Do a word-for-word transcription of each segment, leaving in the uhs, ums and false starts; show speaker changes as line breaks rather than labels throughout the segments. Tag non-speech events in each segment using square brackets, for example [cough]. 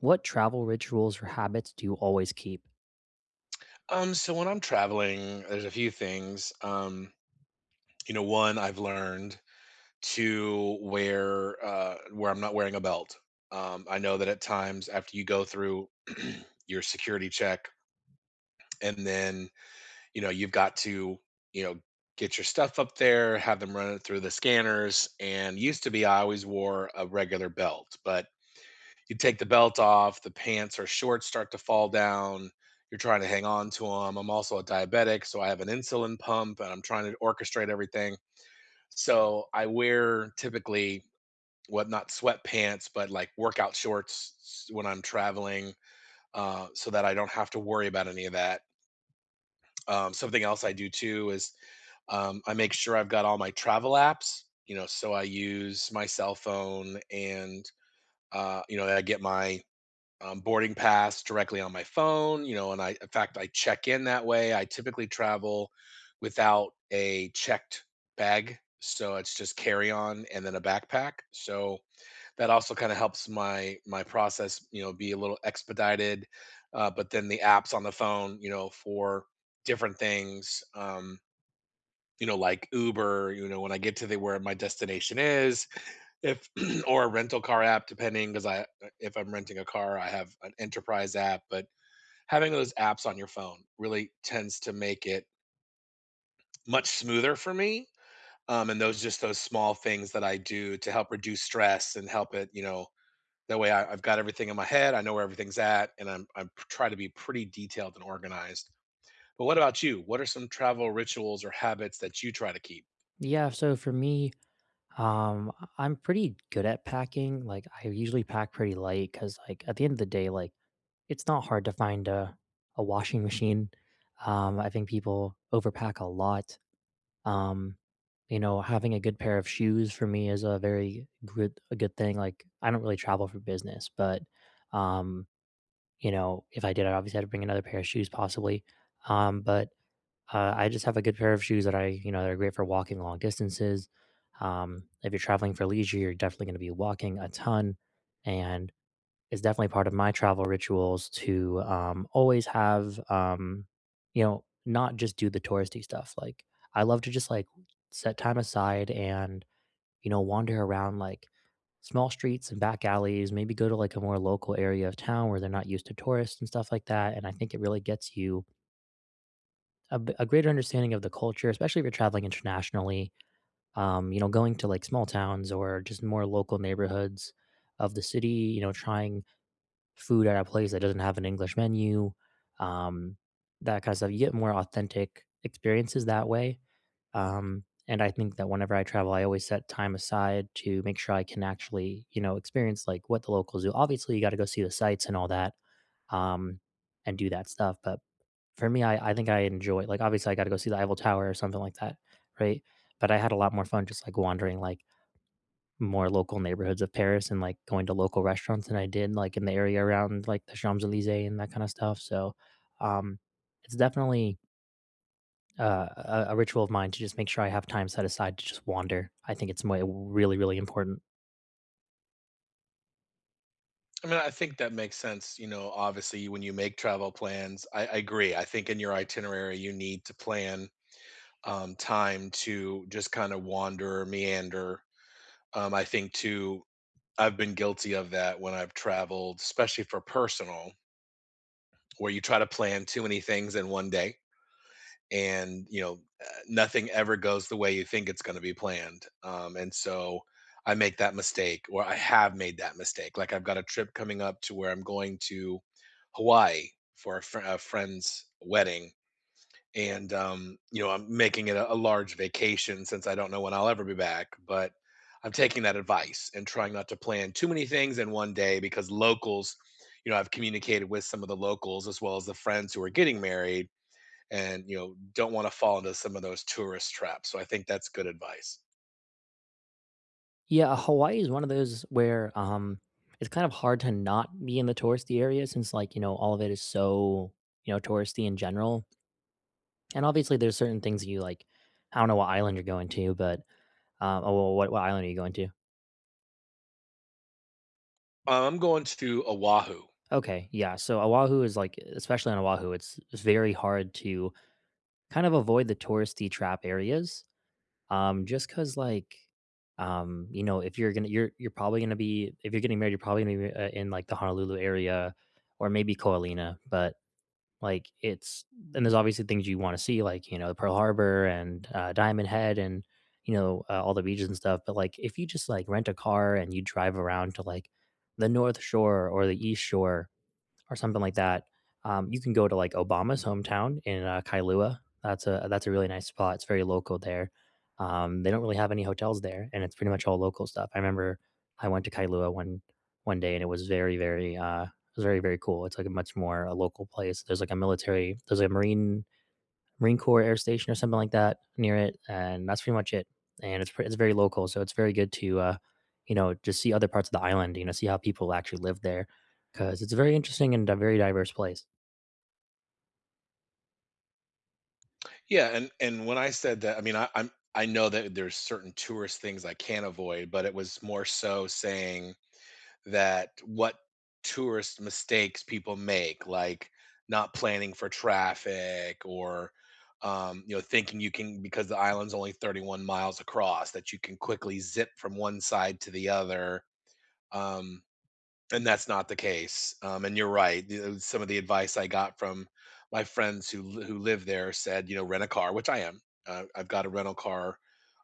What travel rituals or habits do you always keep?
Um, so when I'm traveling, there's a few things. Um, you know, one I've learned to wear uh, where I'm not wearing a belt. Um, I know that at times after you go through [clears throat] your security check, and then you know you've got to you know get your stuff up there, have them run it through the scanners. And used to be I always wore a regular belt, but you take the belt off, the pants or shorts start to fall down. You're trying to hang on to them. I'm also a diabetic, so I have an insulin pump and I'm trying to orchestrate everything. So I wear typically what not sweatpants, but like workout shorts when I'm traveling, uh, so that I don't have to worry about any of that. Um, something else I do too is um, I make sure I've got all my travel apps, you know, so I use my cell phone and, uh, you know, I get my um, boarding pass directly on my phone, you know, and I, in fact, I check in that way. I typically travel without a checked bag. So it's just carry on and then a backpack. So that also kind of helps my my process, you know, be a little expedited. Uh, but then the apps on the phone, you know, for different things, um, you know, like Uber, you know, when I get to the where my destination is, if [clears throat] or a rental car app depending because I uh, if I'm renting a car, I have an enterprise app, but having those apps on your phone really tends to make it much smoother for me, um, and those just those small things that I do to help reduce stress and help it, you know, that way I I've got everything in my head, I know where everything's at, and I'm I'm try to be pretty detailed and organized. But what about you? What are some travel rituals or habits that you try to keep?
Yeah, so for me, um, I- am pretty good at packing. Like I usually pack pretty light because, like, at the end of the day, like it's not hard to find a, a washing machine. Um, I think people overpack a lot. Um, you know, having a good pair of shoes for me is a very good a good thing. Like I don't really travel for business, but um, you know, if I did, I obviously had to bring another pair of shoes possibly. Um, but Uh, I just have a good pair of shoes that I, you know, they're great for walking long distances. Um, if you're traveling for leisure, you're definitely going to be walking a ton, and it's definitely part of my travel rituals to um, always have, um, you know, not just do the touristy stuff. Like I love to just, like, set time aside and, you know, wander around like small streets and back alleys. Maybe go to like a more local area of town where they're not used to tourists and stuff like that. And I think it really gets you a, b- a greater understanding of the culture, especially if you're traveling internationally. Um, you know, going to like small towns or just more local neighborhoods of the city. You know, trying food at a place that doesn't have an English menu, um, that kind of stuff. You get more authentic experiences that way, um, and I think that whenever I travel, I always set time aside to make sure I can actually, you know, experience like what the locals do. Obviously, you got to go see the sites and all that, um, and do that stuff. But for me, I, I think I enjoy, like, obviously I got to go see the Eiffel Tower or something like that, right? But I had a lot more fun just, like, wandering like more local neighborhoods of Paris and like going to local restaurants than I did like in the area around like the Champs Elysees and that kind of stuff. So, um, it's definitely uh, a, a ritual of mine to just make sure I have time set aside to just wander. I think it's mo- really, really important.
I mean, I think that makes sense. You know, obviously, when you make travel plans, I, I agree. I think in your itinerary, you need to plan um, time to just kind of wander, meander. Um, I think too, I've been guilty of that when I've traveled, especially for personal, where you try to plan too many things in one day and you know uh, nothing ever goes the way you think it's going to be planned um, and so I make that mistake or I have made that mistake like I've got a trip coming up to where I'm going to hawaii for a, fr- a friend's wedding and um, you know I'm making it a, a large vacation since I don't know when I'll ever be back but I'm taking that advice and trying not to plan too many things in one day because locals you know I've communicated with some of the locals as well as the friends who are getting married and you know don't want to fall into some of those tourist traps so I think that's good advice.
Yeah, Hawaii is one of those where, um, it's kind of hard to not be in the touristy area since, like, you know, all of it is so, you know, touristy in general. And obviously, there's certain things you like. I don't know what island you're going to, but um, oh, well, what, what island are you going to?
I'm going to Oahu.
Okay, yeah. So Oahu is like, especially on Oahu, it's very hard to kind of avoid the touristy trap areas. Um, cause like, um, you know, if you're gonna you're you're probably gonna be if you're getting married, you're probably gonna be, uh, in, like, the Honolulu area or maybe Koalina, but, like, it's and there's obviously things you wanna see, like, you know, Pearl Harbor and, uh, Diamond Head and, you know, uh, all the beaches and stuff, but, like, if you just, like, rent a car and you drive around to, like, the North Shore or the East Shore or something like that. Um, you can go to like Obama's hometown in uh, Kailua. That's a that's a really nice spot. It's very local there. Um, they don't really have any hotels there, and it's pretty much all local stuff. I remember I went to Kailua one one day, and it was very very uh, it was very, very cool. It's like a much more a local place. There's like a military, there's, like, a marine Marine Corps Air Station or something like that near it, and that's pretty much it. And it's pre- it's very local, so it's very good to, uh, you know, just see other parts of the island. You know, see how people actually live there because it's a very interesting and a very diverse place.
Yeah, and and when I said that I mean I, i'm I know that there's certain tourist things I can avoid but it was more so saying that what tourist mistakes people make like not planning for traffic or um, you know thinking you can because the island's only thirty-one miles across that you can quickly zip from one side to the other um, and that's not the case, um, and you're right, the uh, some of the advice I got from my friends who li who live there said, you know, "Rent a car," which I am. Uh, I've got a rental car,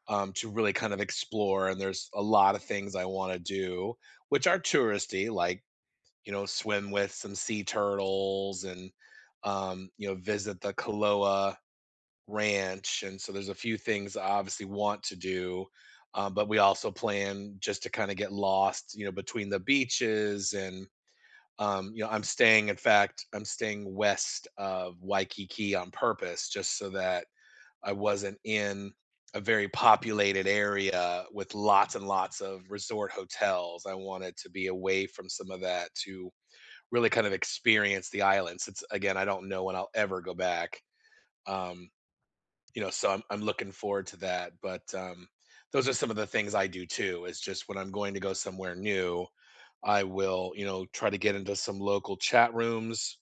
um, to really kind of explore, and there's a lot of things I wanna do, which are touristy, like, you know, swim with some sea turtles and, um, you know, visit the Kaloa Ranch, and so there's a few things I obviously want to do, um, but we also plan just to kinda get lost, you know, between the beaches and um, you know, I'm staying, in fact, I'm staying west of Waikiki on purpose just so that I wasn't in a very populated area with lots and lots of resort hotels. I wanted to be away from some of that to really kind of experience the islands. It's again, I don't know when I'll ever go back. Um, you know, so I'm I'm looking forward to that. But um, those are some of the things I do too, is just when I'm going to go somewhere new, I will, you know, try to get into some local chat rooms,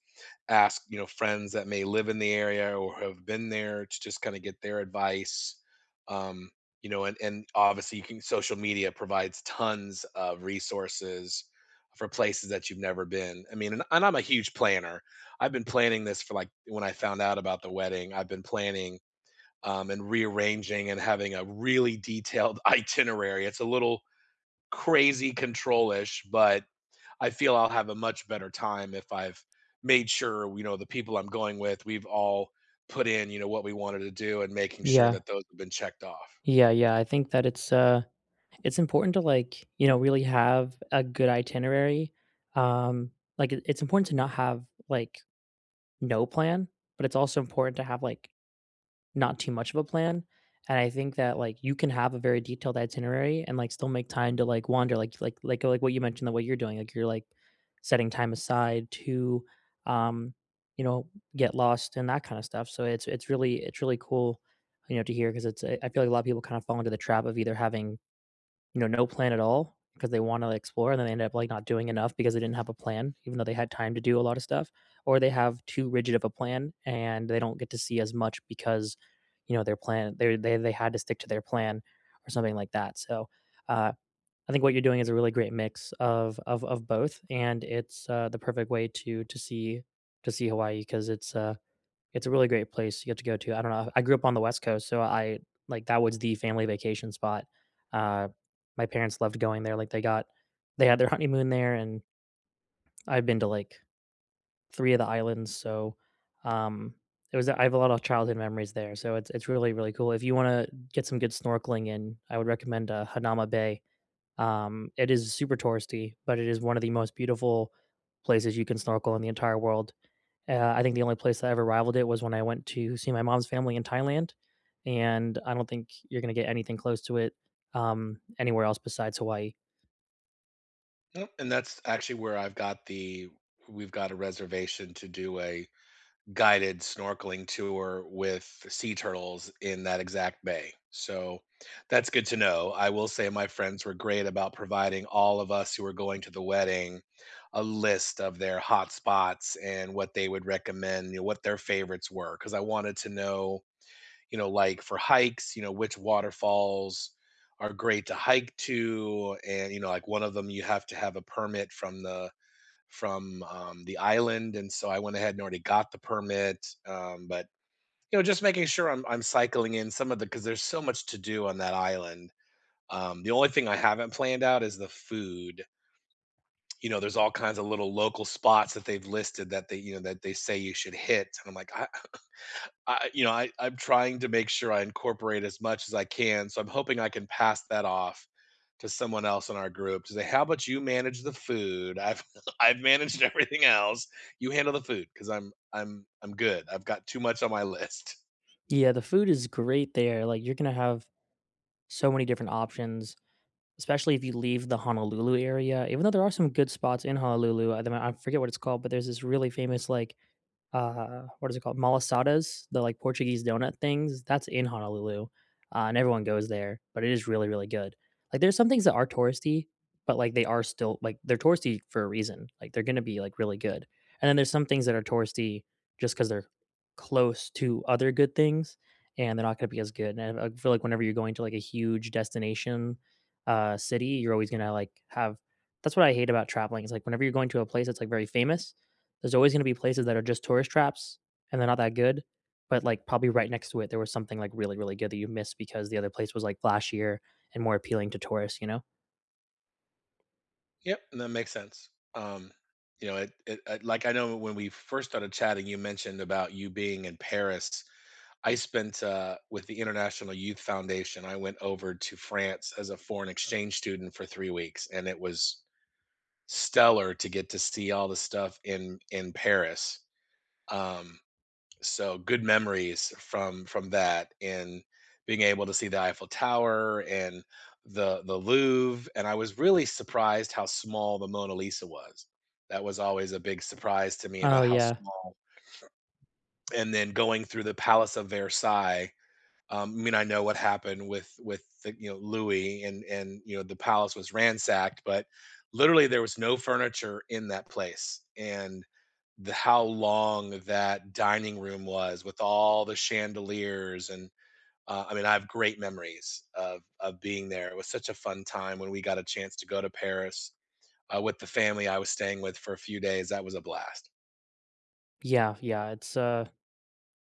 ask, you know, friends that may live in the area or have been there to just kind of get their advice. Um, you know, and and obviously you can social media provides tons of resources for places that you've never been. I mean, and, and I'm a huge planner. I've been planning this for like when I found out about the wedding, I've been planning um, and rearranging and having a really detailed [laughs] itinerary. It's a little crazy control-ish, but I feel I'll have a much better time if I've made sure, you know, the people I'm going with, we've all put in, you know, what we wanted to do and making sure
Yeah.
that those have been checked off.
Yeah, yeah. I think that it's uh it's important to, like, you know, really have a good itinerary. Um like it- it's important to not have like no plan, but it's also important to have like not too much of a plan. And I think that like you can have a very detailed itinerary and, like, still make time to like wander, like like like like what you mentioned, the way you're doing, like you're like setting time aside to, um, you know, get lost and that kind of stuff. So it's it's really it's really cool, you know, to hear because it's I I feel like a lot of people kind of fall into the trap of either having, you know, no plan at all because they wanna explore and then they end up, like, not doing enough because they didn't have a plan, even though they had time to do a lot of stuff, or they have too rigid of a plan and they don't get to see as much because, you know, their plan they they they had to stick to their plan or something like that, so, uh, I think what you're doing is a really great mix of of of both, and it's, uh, the perfect way to to see to see Hawaii because it's, uh it's a really great place you get to go to. I don't know, I grew up on the West Coast, so I like, that was the family vacation spot. Uh, my parents loved going there, like, they got they had their [laughs] honeymoon there, and I've been to, like, three of the islands, so, um, it was I have a lot of childhood memories there, so it's it's really, really cool. If you wanna get some good snorkeling in, I would recommend, uh, Hanama Bay. Um, it is super touristy, but it is one of the most beautiful places you can snorkel in the entire world. Uh, I think the only place that ever rivaled it was when I went to see my mom's family in Thailand, and I don't think you're gonna get anything close to it, um, anywhere else besides Hawaii.
Yep. And that's actually where I've got the we've got a reservation to do a guided snorkeling tour with sea turtles in that exact bay. So that's good to know. I will say my friends were great about providing all of us who were going to the wedding a list of their hot spots and what they would recommend, you know, what their favorites were. Cause I wanted to know, you know, like for hikes, you know, which waterfalls are great to hike to. And, you know, like one of them, you have to have a permit from the from, um, the island, and so I went ahead and already got the permit, um, but, you know, just making sure I'm I'm cycling in some of the because there's so much to do on that island. Um, the only thing I haven't planned out is the food. You know, there's all kinds of little local spots that they've listed that they you know, that they say you should hit, and I'm like, I I you know, I I'm trying to make sure I incorporate as much as I can, so I'm hoping I can pass that off to someone else in our group to say, "How about you manage the food? I've [laughs] I've managed everything else. You handle the food because I'm I'm I'm good. I've got too much on my [laughs] list."
Yeah, the food is great there. Like you're gonna have so many different options, especially if you leave the Honolulu area. Even though there are some good spots in Honolulu, I, I forget what it's called, but there's this really famous like, uh, what is it called? Malasadas, the like Portuguese donut things. That's in Honolulu, uh, and everyone goes there. But it is really, really good. Like there's some things that are touristy, but like they are still like they're touristy for a reason. Like they're gonna be like really good. And then there's some things that are touristy just because they're close to other good things, and they're not gonna be as good. And I I feel like whenever you're going to like a huge destination, uh, city, you're always gonna like have. That's what I hate about traveling. It's like whenever you're going to a place that's like very famous, there's always going to be places that are just tourist traps and they're not that good, but like probably right next to it there was something like really, really good that you missed because the other place was like flashier and more appealing to tourists, you know.
Yep, and that makes sense. Um, you know, it, it, it like I know when we first started chatting, you mentioned about you being in Paris. I spent uh, with the International Youth Foundation. I went over to France as a foreign exchange student for three weeks, and it was stellar to get to see all the stuff in in Paris. Um, So good memories from from that and being able to see the Eiffel Tower and the the Louvre, and I was really surprised how small the Mona Lisa was. That was always a big surprise to me
Oh,
about how
yeah.
small. And then going through the Palace of Versailles. um, I mean, I know what happened with with the, you know Louis and and you know the palace was ransacked, but literally there was no furniture in that place, and the how long that dining room was with all the chandeliers and uh, I mean, I have great memories of of being there. It was such a fun time when we got a chance to go to Paris uh, with the family I was staying with for a few days. That was a blast.
Yeah, yeah, it's uh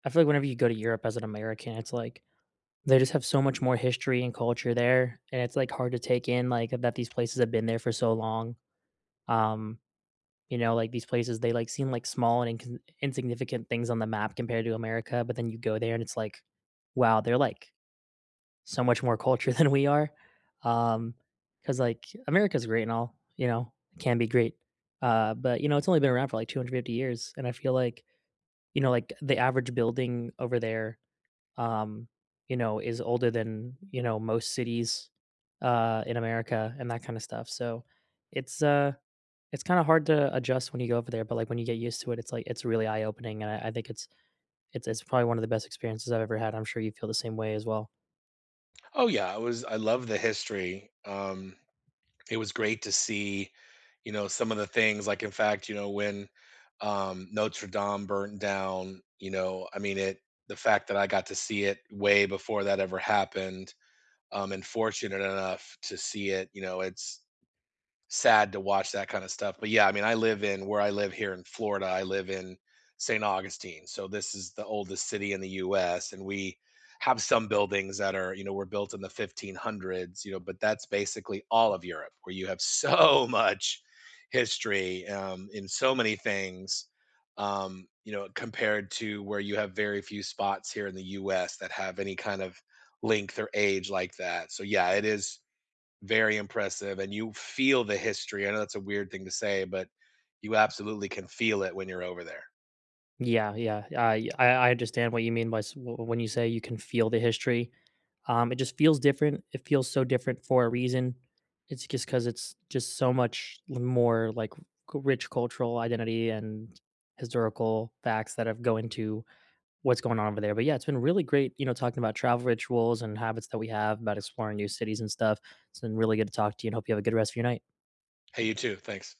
I feel like whenever you go to Europe as an American, it's like they just have so much more history and culture there, and it's like hard to take in like that these places have been there for so long. um you know, like these places they like seem like small and incon insignificant things on the map compared to America, but then you go there and it's like, wow, they're like so much more culture [laughs] than we are. Um, because like, America's great and all, you know, it can be great. Uh, but, you know, it's only been around for like two hundred fifty years, and I feel like, you know, like, the average building over there, um, you know, is older than, you know, most cities, uh, in America and that kinda stuff, so it's, uh, it's kinda hard to adjust when you go over there, but, like, when you get used to it, it's, like, it's really eye-opening, and I I think it's it's it's probably one of the best experiences I've ever had. I'm sure you feel the same way as well.
Oh yeah, it was. I love the history. Um, it was great to see, you know, some of the things like in fact, you know, when um Notre Dame burnt down, you know, I mean it the fact that I got to see it way before that ever happened, um and fortunate enough to see it, you know, it's sad to watch that kind of stuff. But yeah, I mean, I live in where I live here in Florida. I live in Saint Augustine. So this is the oldest city in the U S and we have some buildings that are, you know, were built in the fifteen hundreds, you know, but that's basically all of Europe where you have [laughs] so much history um in so many things um you know compared to where you have very few spots here in the U S that have any kind of length or age like that. So yeah, it is very impressive, and you feel the history. I know that's a weird thing to say, but you absolutely can feel it when you're over there.
Yeah, yeah. I I I understand what you mean by s- wh- when you say you can feel the history. Um, it just feels different. It feels so different for a reason. It's just because it's just so much l- more like c- rich cultural identity and historical facts that have go into what's going on over there. But yeah, it's been really great, you know, talking about travel rituals and habits that we have about exploring new cities and stuff. It's been really good to talk to you, and hope you have a good rest of your night.
Hey, you too. Thanks.